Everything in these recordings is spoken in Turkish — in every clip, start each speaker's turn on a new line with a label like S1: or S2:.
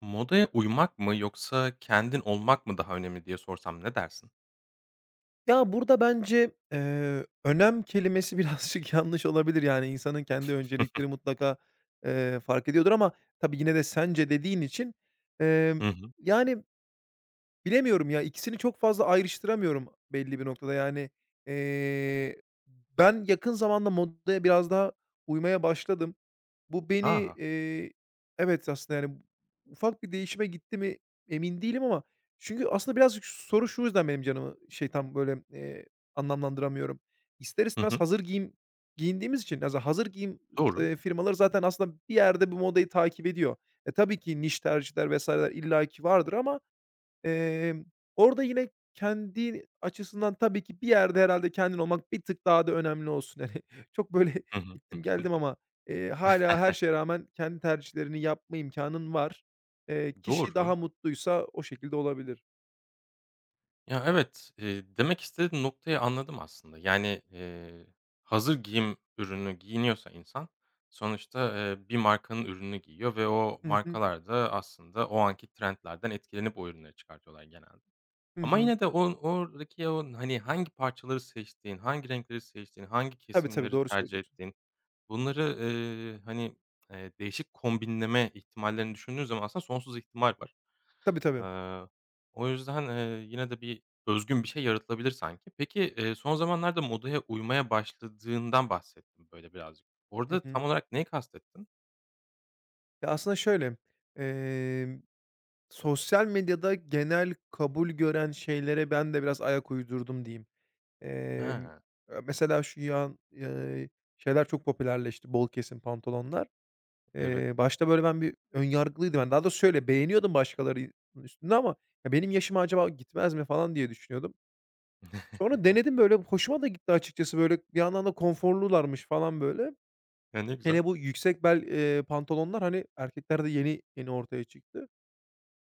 S1: Modaya uymak mı yoksa kendin olmak mı daha önemli diye sorsam ne dersin?
S2: Ya, burada bence, önem kelimesi birazcık yanlış olabilir. Yani, insanın kendi öncelikleri mutlaka, fark ediyordur ama tabii yine de "sence" dediğin için, emm,
S1: Hı hı.
S2: yani, bilemiyorum ya, ikisini çok fazla ayrıştıramıyorum belli bir noktada. Yani, eee, ben yakın zamanda modaya biraz daha uymaya başladım. Bu beni,
S1: A!
S2: eee, evet, aslında, yani, ufak bir değişime gitti mi emin değilim ama çünkü aslında birazcık soru şu yüzden benim canımı şey tam böyle, anlamlandıramıyorum. İster
S1: Hı
S2: istemez
S1: hı.
S2: hazır giyim giyindiğimiz için aza hazır giyim,
S1: Doğru.
S2: firmaları zaten aslında bir yerde bu modayı takip ediyor. E, tabii ki niş tercihler vs.ler illaki vardır ama Emm, orada yine kendi açısından tabii ki bir yerde herhâlde kendin olmak bir tık daha da önemli olsun. Hani, çok böyle
S1: Hı hı. Hı
S2: gittim
S1: hı.
S2: geldim ama, hâlâ her şeye rağmen kendi tercihlerini yapma imkânın var. Kişi
S1: Doğru.
S2: daha mutluysa o şekilde olabilir.
S1: Ya, evet, demek istediğin noktayı anladım aslında. Yani, hazır giyim ürünü giyiniyorsa insan sonuçta, bir markanın ürününü giyiyor ve o
S2: Hı hı.
S1: markalar da aslında o anki trendlerden etkilenip o ürünleri çıkartıyorlar genelde.
S2: Hı
S1: Ama
S2: hı.
S1: yine de oradaki o, hani, hangi parçaları seçtiğin, hangi renkleri seçtiğin, hangi
S2: Tabii, tabii,
S1: kesimleri
S2: doğru
S1: tercih
S2: söylüyorsun.
S1: ettiğin bunları, hani, değişik kombinleme ihtimallerini düşündüğün zaman aslında sonsuz ihtimal var.
S2: Tabii, tabii.
S1: Eee, o yüzden, yine de bir özgün bir şey yaratılabilir sanki. Peki, son zamanlarda modaya uymaya başladığından bahsettin böyle birazcık.
S2: Hı
S1: Orada
S2: hı.
S1: tam olarak neyi kastettin?
S2: Ya, aslında şöyle, emm, sosyal medyada genel kabul gören şeylere ben de biraz ayak uydurdum diyeyim. Emm,
S1: Ha,
S2: mesela şeyler çok popülerleşti, bol kesim pantolonlar.
S1: evet.
S2: Başta böyle ben bir ön yargılıydım. Yani, daha doğrusu şöyle, beğeniyordum başkalarının üstünde ama ya, benim yaşıma acaba gitmez mi falan diye düşünüyordum. Sonra denedim böyle, hoşuma da gitti açıkçası. Böyle bir yandan da konforlularmış falan böyle.
S1: Ya, ne güzel.
S2: Hele bu yüksek bel, pantolonlar, hani, erkeklerde yeni yeni ortaya çıktı.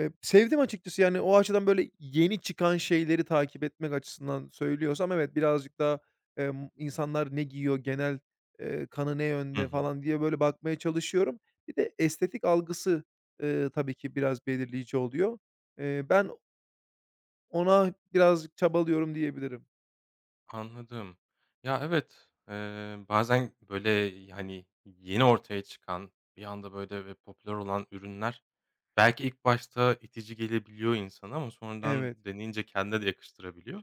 S2: Sevdim açıkçası, yani, o açıdan, böyle, yeni çıkan şeyleri takip etmek açısından söylüyorsam evet, birazcık daha, insanlar ne giyiyor, genel, kanı ne
S1: Hı
S2: yönde
S1: hı.
S2: falan diye, böyle, bakmaya çalışıyorum. Bir de estetik algısı, tabii ki biraz belirleyici oluyor. Ben ona birazcık çabalıyorum diyebilirim.
S1: Anladım. Ya, evet, bazen böyle, yani yeni ortaya çıkan, bir anda böyle ve popüler olan ürünler belki ilk başta itici gelebiliyor insana ama
S2: Evet.
S1: sonradan deneyince kendine de yakıştırabiliyor.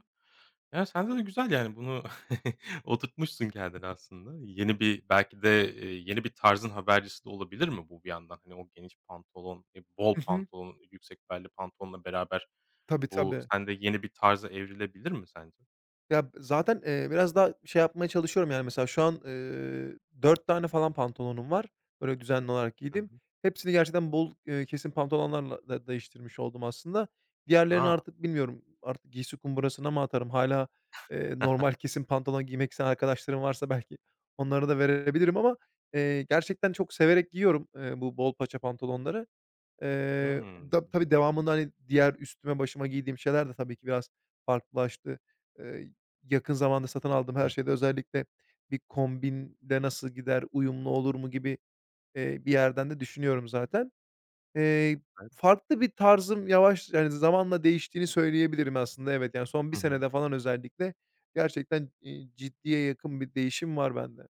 S1: Ya, sende de güzel, yani, bunu oturtmuşsun kendine aslında. Yeni bir belki de, yeni bir tarzın habercisi de olabilir mi bu bir yandan? Hani, o geniş pantolon, bol
S2: Hı hı.
S1: pantolon, yüksek belli pantolonla beraber
S2: Tabii,
S1: bu
S2: tabii.
S1: sende yeni bir tarza evrilebilir mi sence?
S2: Ya, zaten, biraz daha şey yapmaya çalışıyorum, yani, mesela şu an, 4 tane falan pantolonum var, böyle düzenli olarak
S1: Hı
S2: giydim.
S1: hı.
S2: Hepsini gerçekten bol, kesim pantolonlarla da değiştirmiş oldum aslında. Diğerlerini
S1: A!
S2: artık bilmiyorum, artık giysi kumbarasına mı atarım? Hala Normal kesim pantolon giymek isteyen arkadaşlarım varsa belki onlara da verebilirim ama, gerçekten çok severek giyiyorum, bu bol paça pantolonları. Eee,
S1: Hımm.
S2: Da tabii devamında, hani, diğer üstüme başıma giydiğim şeyler de tabii ki biraz farklılaştı. Eee, Yakın zamanda satın aldığım
S1: Hı
S2: her
S1: hı.
S2: şeyde özellikle bir kombinle nasıl gider, uyumlu olur mu gibi, bir yerden de düşünüyorum zaten. Eee,
S1: Evet.
S2: Farklı bir tarzım yavaş yani, zamanla değiştiğini söyleyebilirim aslında, evet. Yani, son bir
S1: Hı hı.
S2: senede falan özellikle gerçekten, ciddiye yakın bir değişim var bende.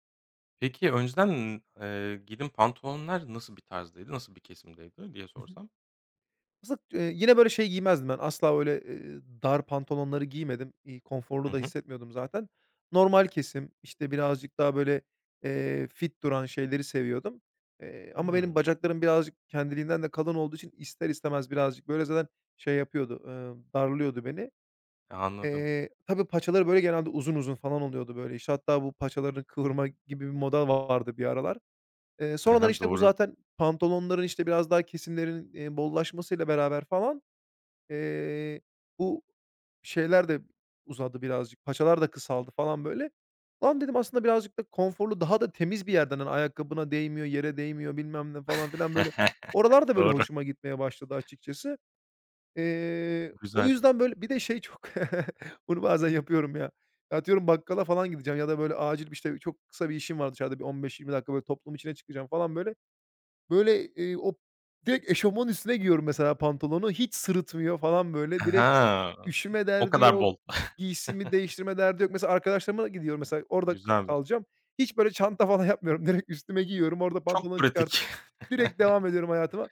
S1: Peki önceden, giydiğin pantolonlar nasıl bir tarzdaydı, nasıl bir kesimdeydi diye sorsam?
S2: Aslında, yine böyle şey giymezdim ben, asla öyle, dar pantolonları giymedim. Konforlu da hissetmiyordum zaten. Normal kesim, işte, birazcık daha böyle, fit duran şeyleri seviyordum. Ama benim
S1: Hımm.
S2: bacaklarım birazcık kendiliğinden de kalın olduğu için ister istemez birazcık böyle zaten şey yapıyordu, darlıyordu beni.
S1: Anladım.
S2: Tabii paçaları böyle genelde uzun uzun falan oluyordu böyle, işte, hatta bu paçalarını kıvırma gibi bir moda vardı bir aralar.
S1: Hı
S2: Sonradan,
S1: hı,
S2: işte, bu
S1: doğru.
S2: zaten pantolonların, işte, biraz daha kesimlerin, bollaşmasıyla beraber falan Eee, bu şeyler de uzadı birazcık, paçalar da kısaldı falan böyle. Lan dedim aslında birazcık da konforlu, daha da temiz bir yerden, hani, ayakkabına değmiyor, yere değmiyor bilmem ne falan filan böyle. Oralar da böyle
S1: Doğru.
S2: hoşuma gitmeye başladı açıkçası. O
S1: Güzel.
S2: yüzden böyle bir de şey çok bunu bazen yapıyorum ya. Atıyorum bakkala falan gideceğim ya da böyle acil, bir işte, çok kısa bir işim var dışarıda bir 15-20 dakika böyle toplum içine çıkacağım falan böyle. Böyle, o direkt eşofmanın üstüne giyiyorum mesela pantolonu, hiç sırıtmıyor falan böyle.
S1: He.
S2: Direkt Üşüme
S1: O
S2: derdi
S1: kadar
S2: yok,
S1: bol.
S2: giysimi değiştirme derdi yok. Mesela arkadaşlarıma gidiyorum mesela, orada
S1: Güzelmiş.
S2: kalacağım. Hiç böyle çanta falan yapmıyorum. Direkt üstüme giyiyorum, orada
S1: Çok
S2: pantolonu çıkartıp
S1: pratik.
S2: direkt devam ediyorum hayatıma.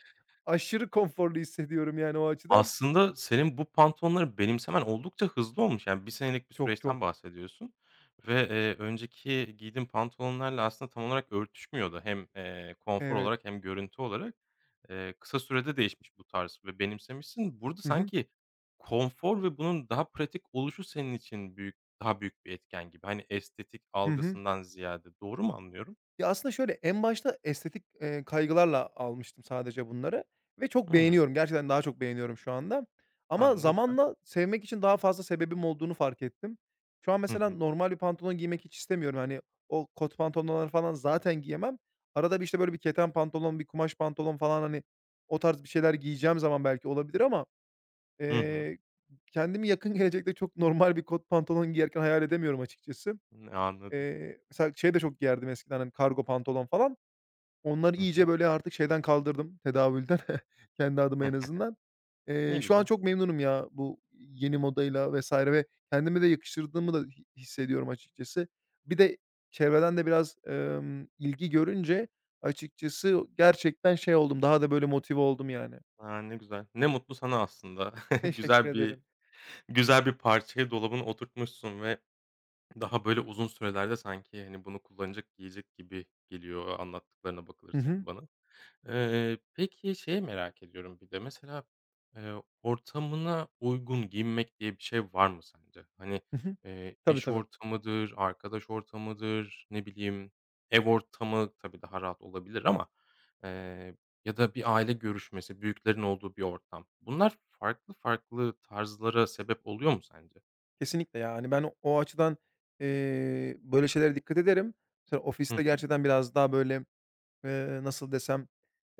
S2: Aşırı konforlu hissediyorum yani o açıdan.
S1: Aslında senin bu pantolonları benimsemen oldukça hızlı olmuş. Yani bir senelik bir
S2: Çok çok.
S1: süreçten bahsediyorsun ve, önceki giydiğin pantolonlarla aslında tam olarak örtüşmüyordu hem, konfor
S2: Evet.
S1: olarak hem görüntü olarak. Kısa sürede değişmiş bu tarz ve benimsemişsin. Burada
S2: Hı hı.
S1: sanki konfor ve bunun daha pratik oluşu senin için daha büyük bir etken gibi. Hani, estetik
S2: Hı hı.
S1: algısından ziyade. Doğru mu anlıyorum?
S2: Ya, aslında şöyle, en başta estetik, kaygılarla almıştım sadece bunları ve çok
S1: Hımm.
S2: beğeniyorum. Gerçekten daha çok beğeniyorum şu anda
S1: A,
S2: ama
S1: ne güzel.
S2: zamanla sevmek için daha fazla sebebim olduğunu fark ettim. Şu an
S1: Hı
S2: mesela
S1: hı.
S2: normal bir pantolon giymek hiç istemiyorum. Hani, o kot pantolonları falan zaten giyemem. Arada bir, işte, böyle bir keten pantolon, bir kumaş pantolon falan, hani, o tarz bir şeyler giyeceğim zaman belki olabilir ama,
S1: Hı hı.
S2: eee, kendimi yakın gelecekte çok normal bir kot pantolon giyerken hayal edemiyorum açıkçası.
S1: Anladım.
S2: Mesela şey de çok giyerdim eskiden, hani, kargo pantolon falan. Onları
S1: Hı hı.
S2: iyice, böyle, artık şeyden kaldırdım, tedavülden. Kendi adıma en azından.
S1: E, ne
S2: Şu an
S1: güzel.
S2: çok memnunum ya bu yeni modayla vesaire ve kendime de yakıştırdığımı da hissediyorum açıkçası. Bir de çevreden de biraz, ilgi görünce açıkçası gerçekten şey oldum, daha da, böyle, motive oldum yani.
S1: A, ne güzel. Ne mutlu sana aslında.
S2: Teşekkür
S1: Güzel bir
S2: ederim.
S1: güzel bir parçayı dolabına oturtmuşsun ve daha böyle uzun sürelerde sanki, hani, bunu kullanacak, giyecek gibi geliyor anlattıklarına
S2: Hı
S1: bakılırsa
S2: hı.
S1: bana. Peki, şeyi merak ediyorum bir de, mesela, eee, ortamına uygun giyinmek diye bir şey var mı sence? Hani,
S2: Hı hı. Tabii,
S1: iş
S2: tabii.
S1: ortamıdır, arkadaş ortamıdır, ne bileyim, ev ortamı tabii daha rahat olabilir ama, eee, ya da bir aile görüşmesi, büyüklerin olduğu bir ortam. Bunlar farklı farklı tarzlara sebep oluyor mu sence?
S2: Kesinlikle ya. Hani, ben o açıdan, böyle şeylere dikkat ederim. Mesela
S1: Hı
S2: ofiste
S1: hı.
S2: gerçekten biraz daha, böyle nasıl desem,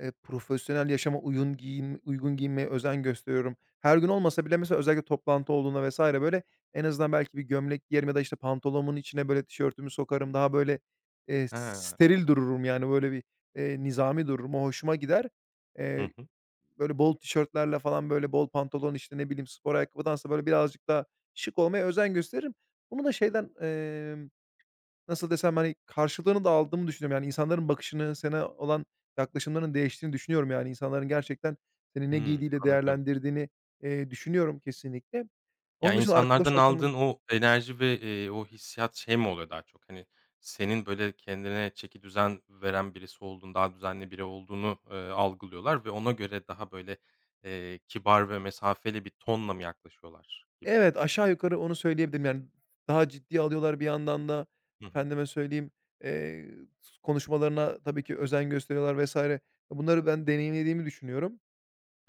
S2: profesyonel yaşama uyun giyin uygun giyinmeye özen gösteriyorum. Her gün olmasa bile mesela özellikle toplantı olduğunda vesaire böyle en azından belki bir gömlek giyerim ya da, işte, pantolonumun içine böyle tişörtümü sokarım. Daha böyle,
S1: He.
S2: steril dururum, yani, böyle bir, nizami dururum. O hoşuma gider.
S1: Hı
S2: Eee,
S1: hı.
S2: Böyle bol tişörtlerle falan, böyle bol pantolon, işte, ne bileyim, spor ayakkabıdansa böyle birazcık daha şık olmaya özen gösteririm. Bunu da şeyden, nasıl desem, hani, karşılığını da aldığımı düşünüyorum. Yani, insanların bakışını, sana olan yaklaşımlarının değiştiğini düşünüyorum. Yani, insanların gerçekten seni ne
S1: Hımm,
S2: giydiğiyle
S1: anladım.
S2: değerlendirdiğini, düşünüyorum kesinlikle.
S1: Ya,
S2: Onun dışında arkadaş
S1: insanlardan
S2: ortamı.
S1: aldığın o enerji ve, o hissiyat şey mi oluyor daha çok? Hani, senin, böyle, kendine çekidüzen veren birisi olduğunu, daha düzenli biri olduğunu, algılıyorlar ve ona göre daha, böyle, kibar ve mesafeli bir tonla mı yaklaşıyorlar gibi?
S2: Evet, aşağı yukarı onu söyleyebilirim. Yani, daha ciddi alıyorlar bir yandan da.
S1: Hı hı.
S2: Efendime söyleyeyim, eee, konuşmalarına tabii ki özen gösteriyorlar vesaire. Bunları ben deneyimlediğimi düşünüyorum.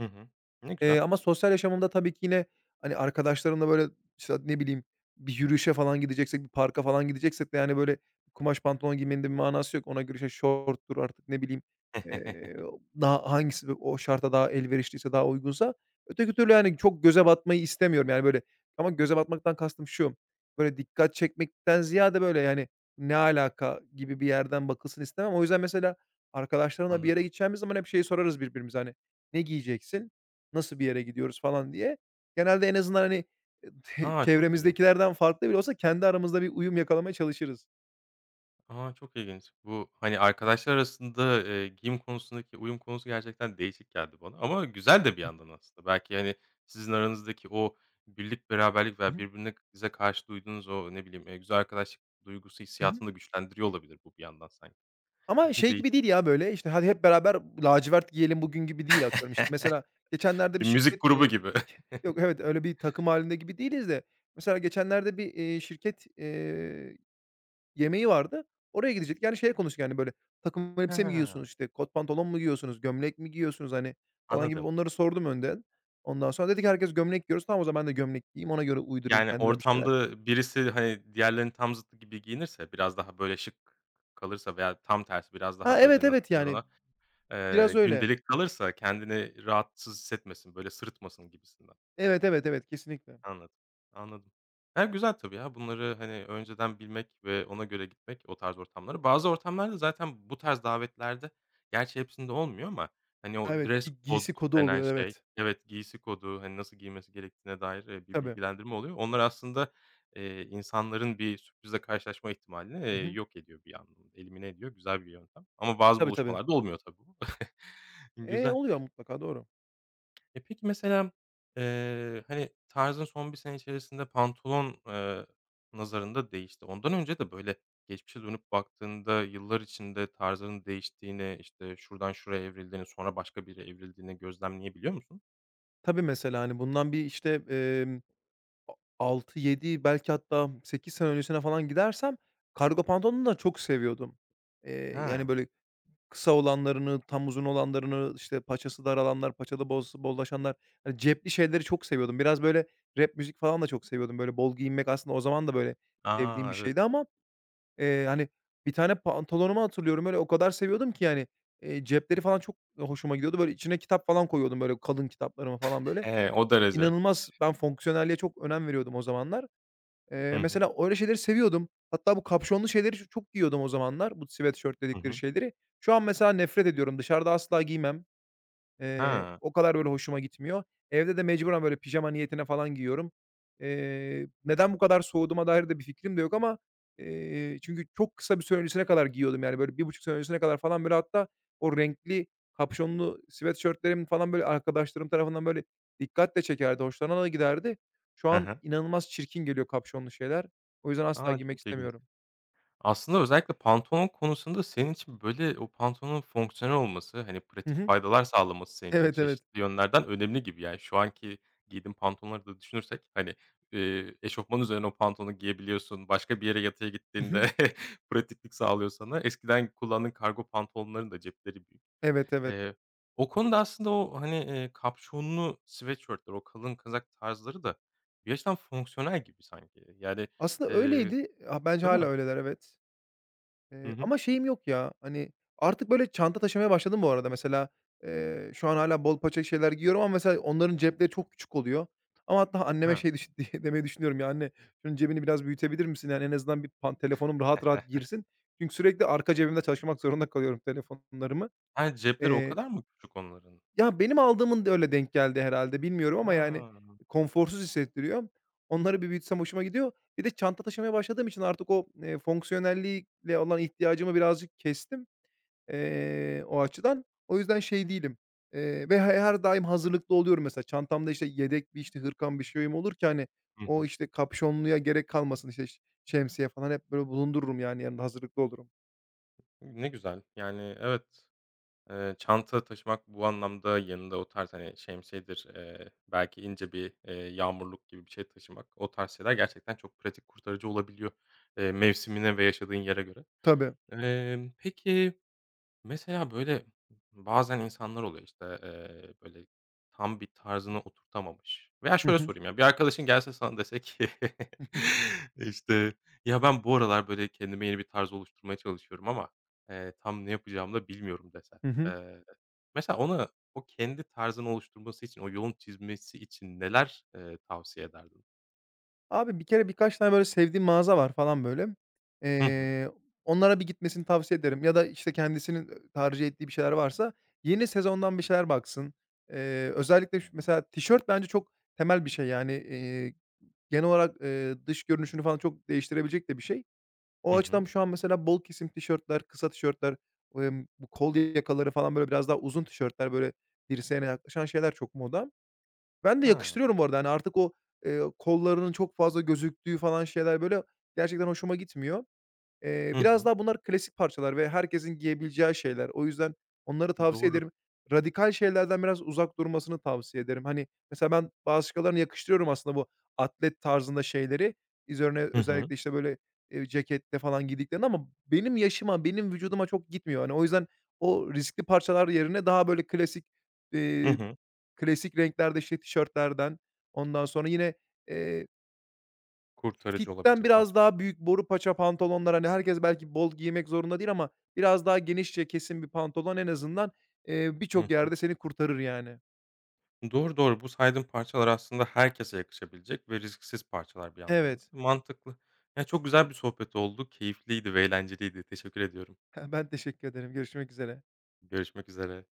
S1: Hı hı. Ne güzel.
S2: Ama sosyal yaşamımda tabii ki yine, hani, arkadaşlarımla, böyle, işte, ne bileyim, bir yürüyüşe falan gideceksek, bir parka falan gideceksek de, yani, böyle, kumaş pantolon giymenin de bir manası yok. Ona göre, işte, şorttur artık, ne bileyim, eee, daha hangisi o şarta daha elverişliyse, daha uygunsa öteki türlü, yani, çok göze batmayı istemiyorum, yani, böyle. Ama göze batmaktan kastım şu, böyle, dikkat çekmekten ziyade, böyle, yani, "Ne alaka?" gibi bir yerden bakılsın istemem. O yüzden mesela arkadaşlarımla bir yere
S1: Anladım.
S2: gideceğimiz zaman hep şeyi sorarız birbirimize, hani, "Ne giyeceksin?", nasıl bir yere gidiyoruz falan diye. Genelde en azından, hani,
S1: A, çok ilginç.
S2: çevremizdekilerden farklı bile olsa kendi aramızda bir uyum yakalamaya çalışırız.
S1: A, çok ilginç. Bu, hani, arkadaşlar arasında, giyim konusundaki uyum konusu gerçekten değişik geldi bana ama güzel de bir
S2: Hı hı.
S1: yandan aslında. Belki, hani, sizin aranızdaki o birlik, beraberlik
S2: Hı
S1: veya
S2: hı.
S1: birbirinize karşı duyduğunuz o, ne bileyim, güzel arkadaşlık duygusu hissiyatını da güçlendiriyor olabilir bu bir yandan sanki.
S2: Ama şey gibi
S1: Değişik.
S2: değil ya, böyle, işte, hadi hep beraber lacivert giyelim bugün gibi değil atıyorum. İşte mesela geçenlerde bir
S1: Bir müzik
S2: şirket,
S1: grubu gibi.
S2: yok, evet, öyle bir takım halinde gibi değiliz de mesela geçenlerde bir, şirket, yemeği vardı. Oraya gidecektik. Yani şey konuştuk, yani, böyle, "Takım elbise mi
S1: Ha,
S2: giyiyorsunuz, işte, kot pantolon mu giyiyorsunuz, gömlek mi giyiyorsunuz?" hani, falan gibi
S1: anladım.
S2: onları sordum önden. Ondan sonra dedik, "Herkes gömlek giyiyoruz." "Tamam, o zaman ben de gömlek giyeyim, ona göre uydurayım
S1: Yani,
S2: kendime bir şeyler."
S1: ortamda birisi, hani, diğerlerinin tam zıttı gibi giyinirse, biraz daha böyle şık kalırsa veya tam tersi biraz
S2: Ha,
S1: daha
S2: evet,
S1: böyle, nasıl
S2: evet,
S1: denir
S2: yani,
S1: ona
S2: biraz öyle.
S1: gündelik kalırsa kendini rahatsız hissetmesin, böyle sırıtmasın gibisinden.
S2: Evet, evet, evet, kesinlikle.
S1: Anladım, anladım. Ya, güzel tabii ya, bunları, hani, önceden bilmek ve ona göre gitmek o tarz ortamlara. Bazı ortamlarda zaten bu tarz davetlerde, gerçi hepsinde olmuyor ama, hani, o
S2: Evet,
S1: dress
S2: bir
S1: code
S2: giysi kodu
S1: denen
S2: oluyor,
S1: şey,
S2: evet.
S1: evet, giysi kodu, hani, nasıl giymesi gerektiğine dair, bir
S2: Tabii.
S1: bilgilendirme oluyor. Onlar aslında, insanların bir sürprizle karşılaşma ihtimalini,
S2: Hı hı.
S1: yok ediyor bir anlamda, elimine ediyor. Güzel bir yöntem ama bazı
S2: Tabii, tabii.
S1: buluşmalarda olmuyor tabii bu. Güzel.
S2: Oluyor mutlaka, doğru.
S1: E, peki mesela, hani, tarzın son bir sene içerisinde pantolon, nazarında değişti. Ondan önce de, böyle, geçmişe dönüp baktığında yıllar içinde tarzının değiştiğini, işte, şuradan şuraya evrildiğini, sonra başka biri yere evrildiğini gözlemleyebiliyor musun?
S2: Tabii, mesela, hani, bundan bir, işte, A 6-7 belki hatta 8 sene öncesine falan gidersem kargo pantolonu da çok seviyordum. Yani,
S1: Ha.
S2: böyle, kısa olanlarını, tam uzun olanlarını, işte, paçası dar alanlar, paçada boz bollaşanlar, hani, cepli şeyleri çok seviyordum. Biraz, böyle, rap müzik falan da çok seviyordum. Böyle, bol giyinmek aslında o zaman da, böyle, sevdiğim
S1: A,
S2: bir
S1: evet.
S2: şeydi ama, hani, bir tane pantolonumu hatırlıyorum, öyle o kadar seviyordum ki, yani, cepleri falan çok hoşuma gidiyordu. Böyle, içine kitap falan koyuyordum, böyle, kalın kitaplarımı falan, böyle.
S1: He, o derece.
S2: İnanılmaz ben fonksiyonelliğe çok önem veriyordum o zamanlar.
S1: Hı hı.
S2: Mesela öyle şeyleri seviyordum. Hatta bu kapşonlu şeyleri çok giyiyordum o zamanlar. Bu sweatshirt
S1: Hı
S2: dedikleri
S1: hı.
S2: şeyleri. Şu an mesela nefret ediyorum. Dışarıda asla giymem.
S1: Ha.
S2: O kadar böyle hoşuma gitmiyor. Evde de mecburen böyle pijama niyetine falan giyiyorum. Neden bu kadar soğuduğuma dair de bir fikrim de yok ama, çünkü çok kısa bir süre öncesine kadar giyiyordum yani böyle 1,5 sene öncesine kadar falan böyle hatta o renkli kapşonlu sweatshirt'lerim falan böyle arkadaşlarım tarafından böyle dikkat de çekerdi, hoşlarına da giderdi. Şu
S1: Hı
S2: an
S1: hı.
S2: inanılmaz çirkin geliyor kapşonlu şeyler. O yüzden asla
S1: A,
S2: giymek
S1: çok ilginç.
S2: istemiyorum.
S1: Aslında özellikle pantolon konusunda senin için, böyle, o pantolonun fonksiyonel olması, hani,
S2: Hı
S1: pratik
S2: hı.
S1: faydalar sağlaması senin için
S2: Evet, evet.
S1: çeşitli yönlerden önemli gibi. Yani, şu anki giydiğin pantolonları da düşünürsek, hani, eşofmanın üzerine o pantolonu giyebiliyorsun. Başka bir yere yatıya
S2: Hı hı.
S1: gittiğinde pratiklik sağlıyor sana. Eskiden kullandığın kargo pantolonların da cepleri büyük.
S2: Evet, evet.
S1: Eee, o konuda aslında o, hani, kapşonlu sweatshirt'ler, o kalın kazak tarzları da bir açıdan fonksiyonel gibi sanki. Yani,
S2: Aslında
S1: eee,
S2: öyleydi. Ha, bence
S1: değil
S2: hala
S1: mi?
S2: öyleler, evet.
S1: Hı hı.
S2: Ama şeyim yok ya, hani, artık böyle çanta taşımaya başladım bu arada. Mesela, şu an hala bol paçak şeyler giyiyorum ama mesela onların cepleri çok küçük oluyor. Ama hatta
S1: He.
S2: anneme şey demeyi düşünüyorum ya, "Anne, şunun cebini biraz büyütebilir misin? Yani en azından bir telefonum rahat rahat girsin." Çünkü sürekli arka cebimde taşımak zorunda kalıyorum telefonlarımı.
S1: Ha, cepleri o kadar mı küçük onların?
S2: Ya, benim aldığımın da öyle denk geldi herhâlde bilmiyorum ama, yani,
S1: Ha.
S2: konforsuz hissettiriyor. Onları bir büyütsem hoşuma gidiyor. Bir de çanta taşımaya başladığım için artık o, fonksiyonelliğe olan ihtiyacımı birazcık kestim, o açıdan. O yüzden şey değilim, ve her daim hazırlıklı oluyorum mesela. Çantamda, işte, yedek bir, işte, hırkam, bir şeyim olur ki, hani,
S1: Hı
S2: o,
S1: hı.
S2: işte, kapşonluya gerek kalmasın. İşte, şemsiye falan hep böyle bulundururum, yani, yanımda hazırlıklı olurum.
S1: Ne güzel. Yani, evet, çanta taşımak bu anlamda yanında o tarz, hani, şemsiyedir, belki ince bir, yağmurluk gibi bir şey taşımak, o tarz şeyler gerçekten çok pratik, kurtarıcı olabiliyor, mevsimine ve yaşadığın yere göre.
S2: Tabii.
S1: Peki mesela, böyle, bazen insanlar oluyor, işte, böyle, tam bir tarzını oturtamamış veya
S2: Hı
S1: şöyle
S2: hı.
S1: sorayım ya, bir arkadaşın gelse sana dese ki, işte, "Ya, ben bu aralar, böyle, kendime yeni bir tarz oluşturmaya çalışıyorum ama, tam ne yapacağımı da bilmiyorum." desen.
S2: Hı hı.
S1: Eee, mesela ona o kendi tarzını oluşturması için, o yolunu çizmesi için neler, tavsiye ederdin?
S2: Abi bir kere birkaç tane böyle sevdiğim mağaza var falan böyle.
S1: Hı hı.
S2: Eee, Onlara bir gitmesini tavsiye ederim ya da, işte, kendisinin, tercih ettiği bir şeyler varsa yeni sezondan bir şeyler baksın. Özellikle mesela tişört bence çok temel bir şey, yani, genel olarak, dış görünüşünü falan çok değiştirebilecek de bir şey. O
S1: Hı
S2: açıdan
S1: hı.
S2: şu an mesela bol kesim tişörtler, kısa tişörtler, bu kol yakaları falan böyle biraz daha uzun tişörtler, böyle dirseğine yaklaşan şeyler çok moda. Ben de
S1: Ha.
S2: yakıştırıyorum bu arada, hani, artık o, kollarının çok fazla gözüktüğü falan şeyler, böyle, gerçekten hoşuma gitmiyor.
S1: Hı
S2: Biraz
S1: hı.
S2: daha bunlar klasik parçalar ve herkesin giyebileceği şeyler. O yüzden onları tavsiye
S1: Doğru.
S2: ederim. Radikal şeylerden biraz uzak durmasını tavsiye ederim. Hani, mesela ben başkalarına yakıştırıyorum aslında bu atlet tarzında şeyleri. Üzerine
S1: Hı hı.
S2: özellikle, işte, böyle, ceketle falan giydiklerini ama benim yaşıma, benim vücuduma çok gitmiyor. Hani, o yüzden o riskli parçalar yerine daha, böyle, klasik,
S1: Hı
S2: eee
S1: hı.
S2: klasik renklerde, işte, tişörtlerden, ondan sonra yine, eee,
S1: Kurtarıcı
S2: fitten
S1: olabilecek
S2: biraz
S1: parçalar.
S2: daha büyük boru paça pantolonlar, hani, herkes belki bol giymek zorunda değil ama biraz daha genişçe kesim bir pantolon en azından,
S1: Hı.
S2: birçok yerde seni kurtarır yani.
S1: Doğru, doğru. Bu saydığım parçalar aslında herkese yakışabilecek ve risksiz parçalar bir yandan da.
S2: Evet.
S1: Mantıklı. Ya, çok güzel bir sohbet oldu. Keyifliydi ve eğlenceliydi. Teşekkür ediyorum.
S2: Ben teşekkür ederim. Görüşmek üzere.
S1: Görüşmek üzere.